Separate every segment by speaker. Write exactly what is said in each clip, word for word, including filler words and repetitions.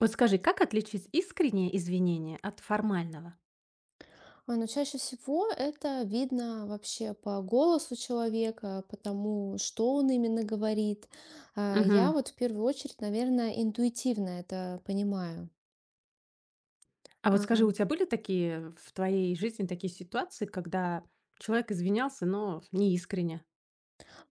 Speaker 1: Вот скажи, как отличить искреннее извинение от формального?
Speaker 2: А, ну, чаще всего это видно вообще по голосу человека, по тому, что он именно говорит. А, я
Speaker 1: Мгм.
Speaker 2: вот в первую очередь, наверное, интуитивно это понимаю.
Speaker 1: А вот скажи,
Speaker 2: А
Speaker 1: у тебя были такие в твоей жизни такие ситуации, когда человек извинялся, но не искренне?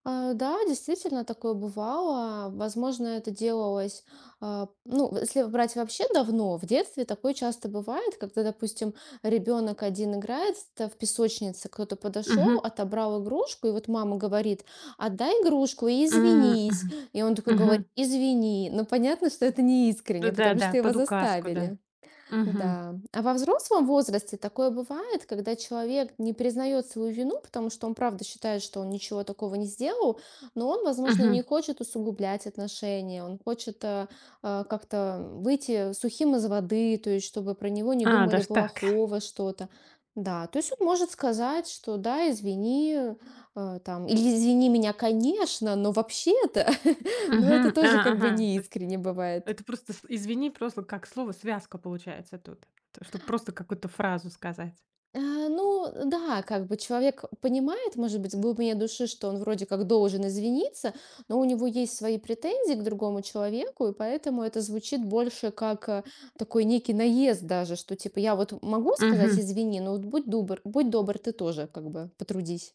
Speaker 2: А, Да, действительно такое бывало. Возможно, это делалось, а, ну, если брать вообще давно, в детстве такое часто бывает, когда, допустим, ребенок один играет т- в песочнице, кто-то подошел,
Speaker 1: Мгм.
Speaker 2: отобрал игрушку, и вот мама говорит: отдай игрушку и
Speaker 1: М,
Speaker 2: извинись.
Speaker 1: мгм.
Speaker 2: И он такой говорит:
Speaker 1: Мгм.
Speaker 2: извини. Но понятно, что это не искренне, потому
Speaker 1: Да-да-да,
Speaker 2: что его
Speaker 1: под указку, да.
Speaker 2: заставили.
Speaker 1: Мгм.
Speaker 2: Да. А во взрослом возрасте такое бывает, когда человек не признает свою вину, потому что он правда считает, что он ничего такого не сделал, но он, возможно, не
Speaker 1: Мгм.
Speaker 2: хочет усугублять отношения, он хочет э, э, как-то выйти сухим из воды, то есть чтобы про него не
Speaker 1: А,
Speaker 2: думали
Speaker 1: даже так.
Speaker 2: плохого что-то. Да, то есть он может сказать, что да, извини, э, там, или извини меня, конечно, но вообще-то, но это
Speaker 1: Мгм.
Speaker 2: тоже
Speaker 1: А,
Speaker 2: как бы
Speaker 1: ага. То есть
Speaker 2: неискренне бывает.
Speaker 1: это просто с- извини, просто как слово связка получается тут, чтобы просто какую-то фразу сказать.
Speaker 2: Э, ну да, как бы человек понимает, может быть, в глубине души, что он вроде как должен извиниться, но у него есть свои претензии к другому человеку, и поэтому это звучит больше как э, такой некий наезд даже, что типа я вот могу сказать
Speaker 1: Мгм.
Speaker 2: извини, но вот будь добр, будь добр, ты тоже как бы потрудись.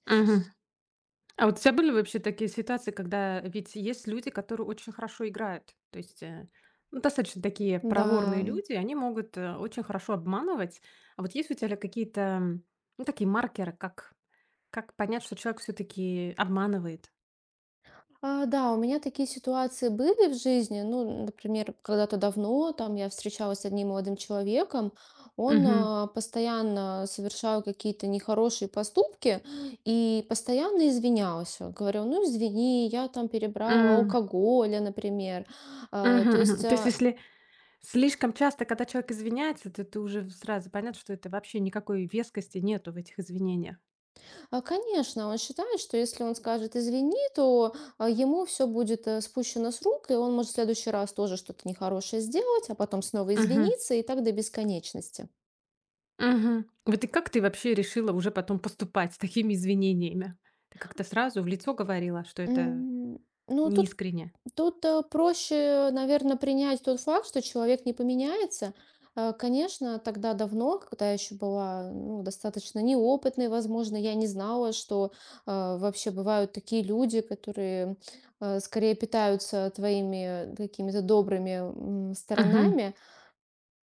Speaker 1: А вот у тебя были вообще такие ситуации, когда ведь есть люди, которые очень хорошо играют? То есть, э, ну, достаточно такие проворные
Speaker 2: Да.
Speaker 1: люди, они могут, э, очень хорошо обманывать. А вот есть у тебя ли какие-то, м, ну, такие маркеры, как как понять, что человек все таки обманывает?
Speaker 2: А, да, у меня такие ситуации были в жизни. Ну, например, когда-то давно там я встречалась с одним молодым человеком, он
Speaker 1: Мгм.
Speaker 2: а, постоянно совершал какие-то нехорошие поступки и постоянно извинялся. Говорил: ну извини, я там перебрал
Speaker 1: М.
Speaker 2: алкоголя, например. А,
Speaker 1: Мгм,
Speaker 2: то есть,
Speaker 1: мгм. То есть
Speaker 2: а,
Speaker 1: если слишком часто, когда человек извиняется, то ты уже сразу понятно, что это вообще никакой вескости нету в этих извинениях.
Speaker 2: а, конечно, он считает, что если он скажет извини, то а, ему все будет э, спущено с рук, и он может в следующий раз тоже что-то нехорошее сделать, а потом снова извиниться и так до бесконечности.
Speaker 1: Мгм. Вот и как ты вообще решила уже потом поступать с такими извинениями? Ты как-то сразу в лицо говорила, что это
Speaker 2: М, ну, тут
Speaker 1: неискренне?
Speaker 2: тут, э, проще, наверное, принять тот факт, что человек не поменяется. Э, конечно, тогда давно, когда я еще была, ну, достаточно неопытной, возможно, я не знала, что, э, вообще бывают такие люди, которые, э, скорее питаются твоими э, какими-то добрыми, м,
Speaker 1: Мгм.
Speaker 2: сторонами.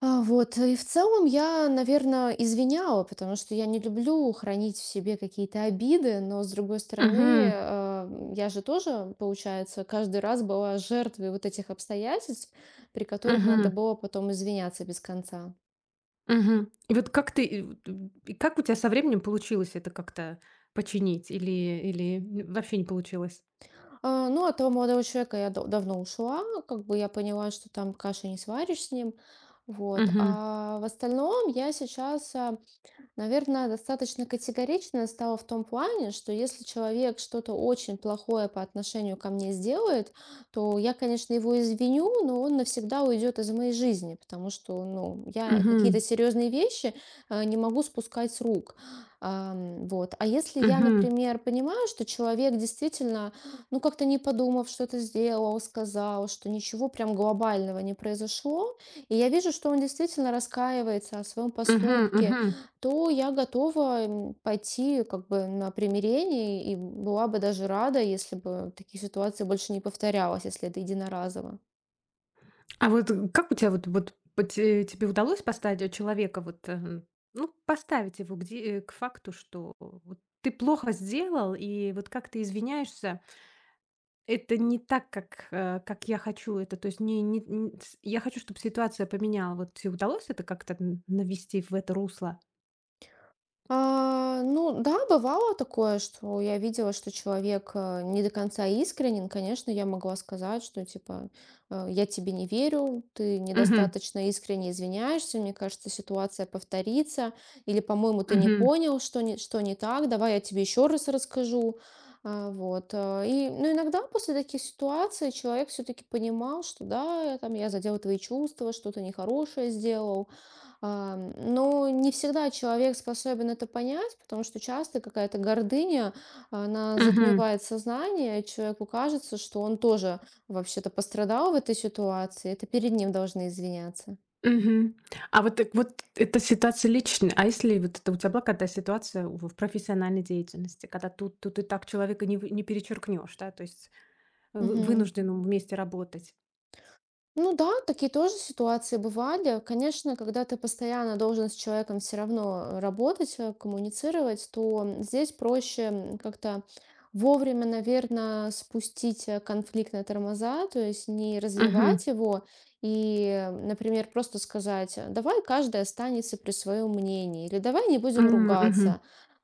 Speaker 2: А, вот, и в целом я, наверное, извиняла, потому что я не люблю хранить в себе какие-то обиды, но, с другой стороны,
Speaker 1: Мгм.
Speaker 2: э, я же тоже, получается, каждый раз была жертвой вот этих обстоятельств, при которых надо
Speaker 1: Мгм.
Speaker 2: было потом извиняться без конца.
Speaker 1: Мгм. И вот как ты, и вот, м, и как у тебя со временем получилось это как-то починить или или н вообще не получилось?
Speaker 2: А, ну, от того молодого человека я да- давно ушла, как бы я поняла, что там каши не сваришь с ним. Вот.
Speaker 1: Мгм.
Speaker 2: А в остальном я сейчас, а, Наверное, достаточно категорично стало в том плане, что если человек что-то очень плохое по отношению ко мне сделает, то я, конечно, его извиню, но он навсегда уйдет из моей жизни, потому что, ну, я
Speaker 1: Мгм.
Speaker 2: какие-то серьезные вещи э, не могу спускать с рук. Ам, Вот. А если я,
Speaker 1: Мгм.
Speaker 2: например, понимаю, что человек действительно, ну, как-то не подумав, что-то сделал, сказал, что ничего прям глобального не произошло, и я вижу, что он действительно раскаивается о своем
Speaker 1: Мгм.
Speaker 2: поступке,
Speaker 1: Мгм.
Speaker 2: то я готова м, пойти как бы на примирение и была бы даже рада, если бы такие ситуации больше не повторялось, если это единоразово.
Speaker 1: А вот э, как у тебя вот вот вот те тебе удалось поставить э, человека вот, э, ну, поставить его к де э, к факту, что вот ты плохо сделал, и вот как ты извиняешься, это не так, как, э, как я хочу это. То есть не не н с я хочу, чтобы ситуация поменяла. Вот те удалось это как-то н навести в это русло?
Speaker 2: А, ну да, бывало такое, что я видела, что человек э, не до конца искренен. Конечно, я могла сказать, что типа э, я тебе не верю, ты
Speaker 1: Мгм.
Speaker 2: недостаточно искренне извиняешься, мне кажется, ситуация повторится, или, по-моему, ты не
Speaker 1: Мгм.
Speaker 2: понял, что не, что не так, давай я тебе еще раз расскажу. А, вот. а, И, ну, иногда после таких ситуаций человек все-таки понимал, что да, я там я задел твои чувства, что-то нехорошее сделал. Ам, Ну, не всегда человек способен это понять, потому что часто какая-то гордыня, она затмевает сознание, и человеку кажется, что он тоже вообще-то пострадал в этой ситуации, это перед ним должны извиняться.
Speaker 1: Мгм. А вот так вот эта ситуация личная. А если вот это у тебя была когда ситуация в в профессиональной деятельности, когда тут тут и так человека не вы не перечеркнешь, да, то есть э, вы
Speaker 2: Мгм.
Speaker 1: вынужденным вместе работать?
Speaker 2: Ну да, такие тоже ситуации бывали. Конечно, когда ты постоянно должен с человеком все равно э, работать, э, коммуницировать, то здесь проще м, как-то вовремя, наверное, спустить э, конфликт на тормоза, то есть не
Speaker 1: Мгм.
Speaker 2: развивать его и, э, например, просто сказать, э, давай каждый останется при своем мнении, или давай не будем
Speaker 1: М, мгм.
Speaker 2: ругаться.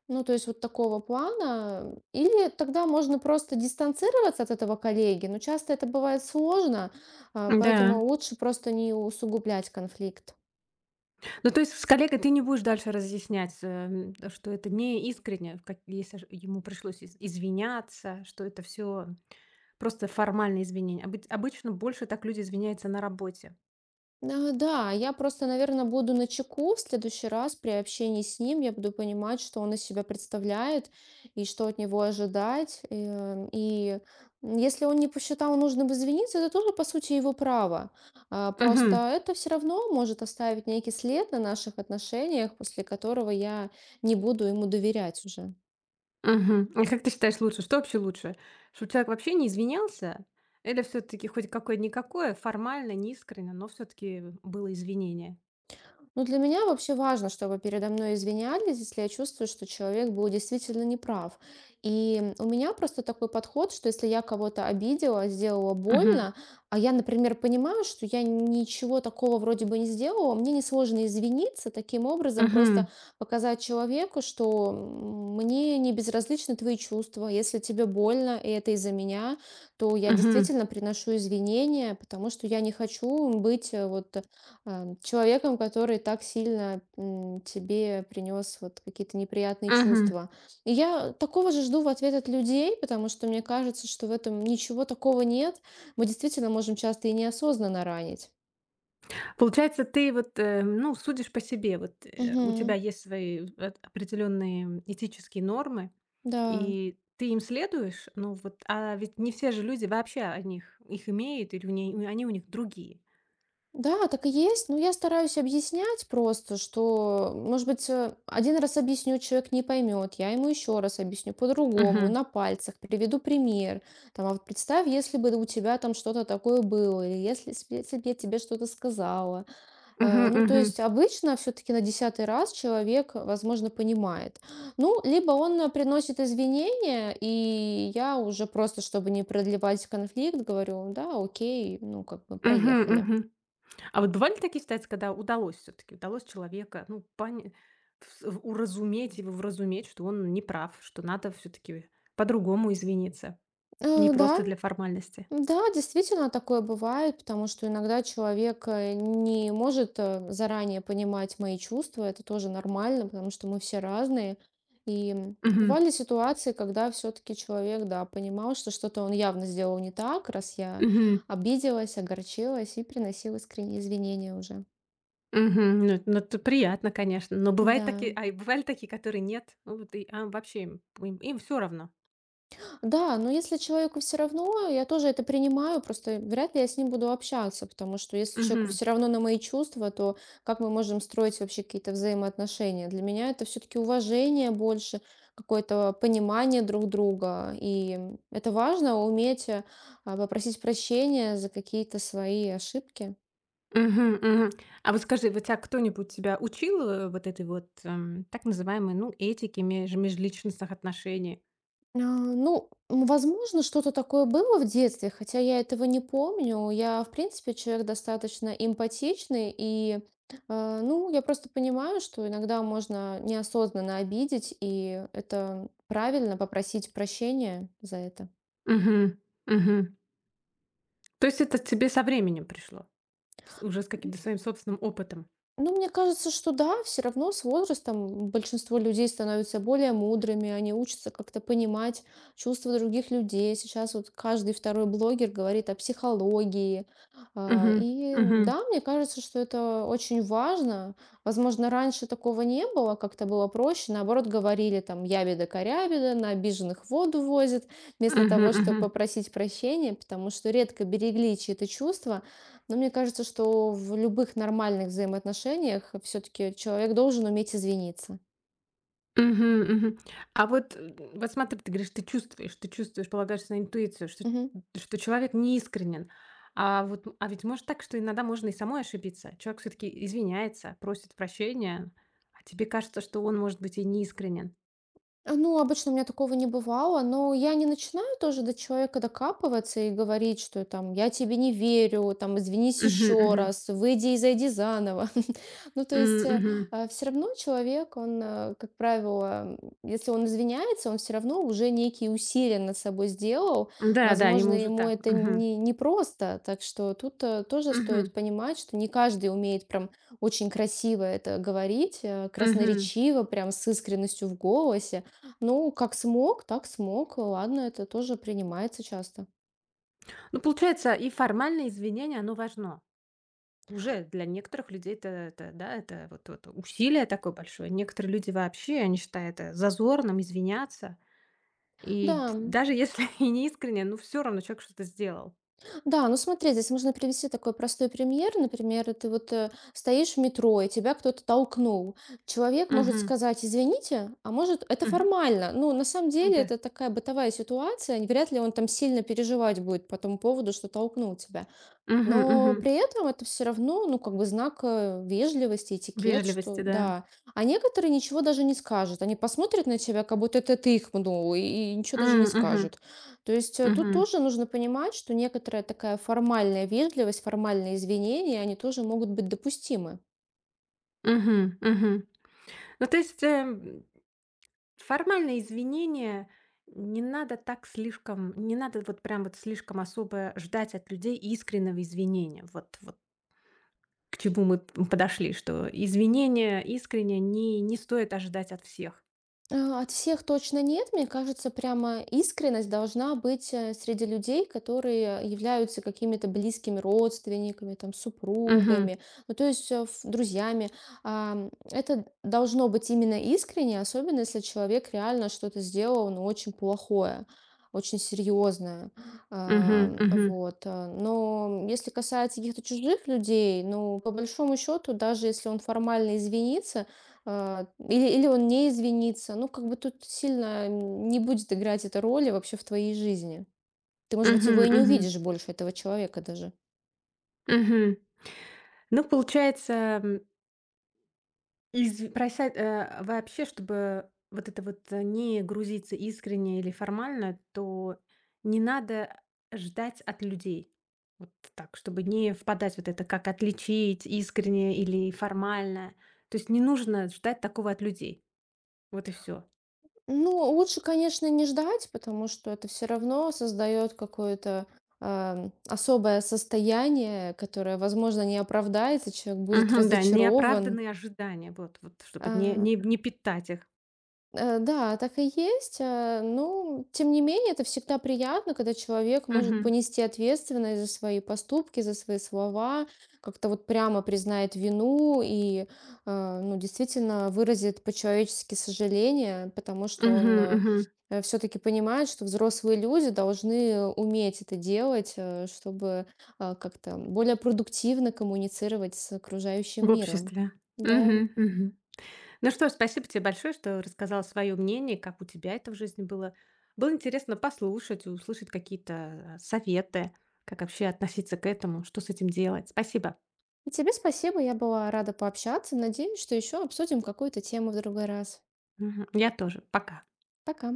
Speaker 2: Ну, то есть вот такого плана. Или тогда можно просто дистанцироваться от этого коллеги, но часто это бывает сложно, а,
Speaker 1: Да.
Speaker 2: Поэтому лучше просто не усугублять конфликт.
Speaker 1: Ну, то есть с коллегой ты не будешь дальше разъяснять, эм, что это не искренне, как если ж ему пришлось из извиняться, что это все просто формальные извинения. Обы обычно больше так люди извиняются на работе.
Speaker 2: А, Да, я просто, наверное, буду на чеку в следующий раз при общении с ним. Я буду понимать, что он из себя представляет и что от него ожидать. Э, И если он не посчитал нужным извиниться, это тоже, по сути, его право. А, Просто это все равно может оставить некий след на наших отношениях, после которого я не буду ему доверять уже.
Speaker 1: Мгм. А как ты считаешь лучше? Что вообще лучше? Чтобы человек вообще не извинялся? Или все таки хоть какое-никакое, формально, неискренно, но все таки было извинение?
Speaker 2: Ну, для меня вообще важно, чтобы передо мной извинялись, если я чувствую, что человек был действительно неправ. И у меня просто такой подход, что если я кого-то обидела, сделала
Speaker 1: Мгм.
Speaker 2: больно, а я, например, понимаю, что я ничего такого вроде бы не сделала, мне несложно извиниться, таким образом просто
Speaker 1: Мгм.
Speaker 2: показать человеку, что м, мне не безразличны твои чувства. Если тебе больно, и это из-за меня, то я
Speaker 1: Мгм.
Speaker 2: действительно приношу извинения, потому что я не хочу быть э, вот ам, человеком, который так сильно м, тебе принес вот какие-то неприятные
Speaker 1: Мгм.
Speaker 2: чувства. И я такого же жду в ответ от людей, потому что мне кажется, что в этом ничего такого нет. Мы действительно можем часто и неосознанно ранить.
Speaker 1: Получается, ты вот, э, ну, судишь по себе. Вот, э, у
Speaker 2: Мгм.
Speaker 1: тебя есть свои эт определенные этические нормы,
Speaker 2: да.
Speaker 1: и ты им следуешь. Ну вот, а ведь не все же люди вообще о них их имеют или у ней они у них другие.
Speaker 2: Да, так и есть. Но я стараюсь объяснять просто, что, может быть, э, один раз объясню, человек не поймет, я ему еще раз объясню по-другому,
Speaker 1: Мгм.
Speaker 2: на пальцах приведу пример. Там, а вот представь, если бы у тебя там что-то такое было, или если, с- если бы я тебе что-то сказала.
Speaker 1: Мгм.
Speaker 2: Э, ну, то
Speaker 1: Мгм.
Speaker 2: есть обычно все-таки на десятый раз человек, возможно, понимает. Ну, либо он э, приносит извинения, и я уже просто, чтобы не продлевать конфликт, говорю: да, окей, ну, как бы
Speaker 1: Мгм.
Speaker 2: проехали.
Speaker 1: Мгм. А вот бывали такие ситуации, когда удалось все таки удалось человека, ну, пони вс в- уразуметь его, вразуметь, что он не прав, что надо все таки по-другому извиниться, не
Speaker 2: Э, Да,
Speaker 1: просто для формальности?
Speaker 2: да, действительно такое бывает, потому что иногда человек э, не может э, заранее понимать мои чувства, это тоже нормально, потому что мы все разные. И м,
Speaker 1: Мгм.
Speaker 2: бывали ситуации, когда все-таки человек, да, понимал, что что-то он явно сделал не так, раз я
Speaker 1: Мгм.
Speaker 2: обиделась, огорчилась и приносил искренние извинения уже.
Speaker 1: Мгм. Ну, это ну, это приятно, конечно. Но бывают такие
Speaker 2: Да.
Speaker 1: а, и бывали такие, которые нет, ну, вот и, а, вообще им им им равно.
Speaker 2: Да, но если человеку все равно, я тоже это принимаю, просто вряд ли я с ним буду общаться, потому что если человеку
Speaker 1: Мгм.
Speaker 2: все равно на мои чувства, то как мы можем строить вообще какие-то взаимоотношения? Для меня это все-таки уважение больше, какое-то понимание друг друга. И это важно уметь э, а, попросить прощения за какие-то свои ошибки.
Speaker 1: Мгм, мгм. А вот скажи, вот тя кто-нибудь тебя учил, э, вот этой вот, эм, так называемой, ну, этике меж межличностных отношений?
Speaker 2: А, Ну, м, возможно, что-то такое было в детстве, хотя я этого не помню. Я, в принципе, человек достаточно эмпатичный, и, э, ну, я просто понимаю, что иногда можно неосознанно обидеть, и это правильно попросить прощения за это.
Speaker 1: Мгм. Мгм. То есть это тебе со временем пришло? С уже с каким-то своим собственным опытом?
Speaker 2: Ну, мне кажется, что да, все равно с возрастом большинство людей становятся более мудрыми, они учатся как-то понимать чувства других людей. Сейчас вот каждый второй блогер говорит о психологии. А,
Speaker 1: Мгм,
Speaker 2: И
Speaker 1: мгм,
Speaker 2: да, мне кажется, что это очень важно. Возможно, раньше такого не было, как-то было проще. Наоборот, говорили там ябеда-корябеда, на обиженных воду возят, вместо
Speaker 1: мгм,
Speaker 2: того, чтобы
Speaker 1: мгм,
Speaker 2: попросить прощения, потому что редко берегли чьи-то чувства. Но мне кажется, что в любых нормальных взаимоотношениях все-таки человек должен уметь извиниться.
Speaker 1: мгм, мгм. А вот, э, вот смотри, ты говоришь, ты чувствуешь, ты чувствуешь, полагаешься на интуицию, что
Speaker 2: Мгм.
Speaker 1: что человек неискренен. А вот, м, а ведь может так, что иногда можно и самой ошибиться. Человек все таки извиняется, просит прощения, а тебе кажется, что он, может быть, и неискренен.
Speaker 2: А, Ну, обычно у меня такого не бывало, но я не начинаю тоже до человека докапываться и говорить, что там я тебе не верю, там извинись
Speaker 1: Мгм,
Speaker 2: еще
Speaker 1: мгм,
Speaker 2: раз, выйди и зайди заново. Ну, то есть
Speaker 1: м, мгм.
Speaker 2: все равно человек, он, э, как правило, м, если он извиняется, он все равно уже некие усилия над собой сделал.
Speaker 1: Да, да,
Speaker 2: Возможно,
Speaker 1: ему уже
Speaker 2: ему
Speaker 1: так.
Speaker 2: это
Speaker 1: Мгм,
Speaker 2: не, не просто, так что тут э, тоже
Speaker 1: мгм,
Speaker 2: стоит понимать, что не каждый умеет прям очень красиво это говорить, э,
Speaker 1: мгм.
Speaker 2: красноречиво, прям с искренностью в голосе. Ну, как смог, так смог. Ладно, это тоже принимается часто.
Speaker 1: Ну, получается, и формальное извинение, оно важно. Уже для некоторых людей это, это да, это вот, вот усилие такое большое. Некоторые люди вообще, они считают это зазорным извиняться. И
Speaker 2: Да,
Speaker 1: д- даже если и не искренне, ну все равно человек что-то сделал.
Speaker 2: да, ну смотри, здесь можно привести такой простой пример. Например, ты вот э, стоишь в метро, и тебя кто-то толкнул. Человек может
Speaker 1: Угу,
Speaker 2: сказать «извините», а может это
Speaker 1: угу,
Speaker 2: формально. Ну, на самом деле
Speaker 1: да.
Speaker 2: это такая бытовая ситуация, и вряд ли он там сильно переживать будет по тому поводу, что толкнул тебя.
Speaker 1: Угу,
Speaker 2: Но
Speaker 1: угу.
Speaker 2: при этом это все равно, ну, как бы знак э, вежливости, этикет,
Speaker 1: Вежливости,
Speaker 2: что
Speaker 1: да.
Speaker 2: да. А некоторые ничего даже не скажут. Они посмотрят на тебя, как будто это ты их пнул, и, и ничего даже
Speaker 1: М,
Speaker 2: не
Speaker 1: Мгм.
Speaker 2: скажут. То есть э, тут
Speaker 1: Мгм.
Speaker 2: тоже нужно понимать, что некоторая такая формальная вежливость, формальные извинения, они тоже могут быть допустимы.
Speaker 1: Мгм. Мгм. Ну, то есть, эм, Формальные извинения не надо так слишком, не надо вот прям вот слишком особо ждать от людей искреннего извинения. Вот, вот к чему мы п- подошли, что извинения искренне не, не стоит ожидать от всех.
Speaker 2: А, От всех точно нет. Мне кажется, прямо искренность должна быть э, среди людей, которые являются какими-то близкими родственниками, там,
Speaker 1: Мгм.
Speaker 2: супругами, ну, то есть э, ф- друзьями. А, м, Это должно быть именно искренне, особенно если человек реально что-то сделал, ну, очень плохое, очень серьезное.
Speaker 1: Мгм.
Speaker 2: А, м,
Speaker 1: Мгм.
Speaker 2: Вот. а, Но если касается каких-то чужих людей, ну, по большому счету, даже если он формально извинится, а, или или он не извинится. Ну, как бы тут сильно не будет играть эта роли вообще в твоей жизни. Ты, может быть,
Speaker 1: Мгм.
Speaker 2: его и не
Speaker 1: Мгм.
Speaker 2: увидишь больше, этого человека даже.
Speaker 1: Мгм. Ну, получается, Из просят, э, вообще, чтобы вот это вот, э, не грузиться искренне или формально, то не надо ждать от людей. Вот так, чтобы не впадать вот это, как отличить искренне или формально. То есть не нужно ждать такого от людей. Вот и все.
Speaker 2: Ну, лучше, конечно, не ждать, потому что это все равно создает какое-то ам, особое состояние, которое, возможно, не оправдается, человек будет
Speaker 1: да,
Speaker 2: разочарован.
Speaker 1: неоправданные ожидания, вот вот, чтобы не
Speaker 2: А,
Speaker 1: не не питать их.
Speaker 2: Э, да, так и есть. Э, ну, тем не менее, это всегда приятно, когда человек может
Speaker 1: Мгм.
Speaker 2: понести ответственность за свои поступки, за свои слова, как-то вот прямо признает вину и, э, ну, действительно выразит по-человечески сожаление, потому что
Speaker 1: Мгм,
Speaker 2: он
Speaker 1: мгм.
Speaker 2: все-таки понимает, что взрослые люди должны уметь это делать, э, чтобы э, как-то более продуктивно коммуницировать с
Speaker 1: В
Speaker 2: окружающим миром.
Speaker 1: обществе.
Speaker 2: Да.
Speaker 1: Мгм, мгм. Ну что ж, спасибо тебе большое, что рассказала свое мнение, как у тебя это в жизни было. Было интересно послушать, услышать какие-то э, советы, как вообще относиться к этому, что с этим делать. Спасибо.
Speaker 2: И тебе спасибо, я была рада пообщаться. Надеюсь, что еще обсудим какую-то тему в другой раз.
Speaker 1: Мгм. Я тоже. Пока.
Speaker 2: Пока.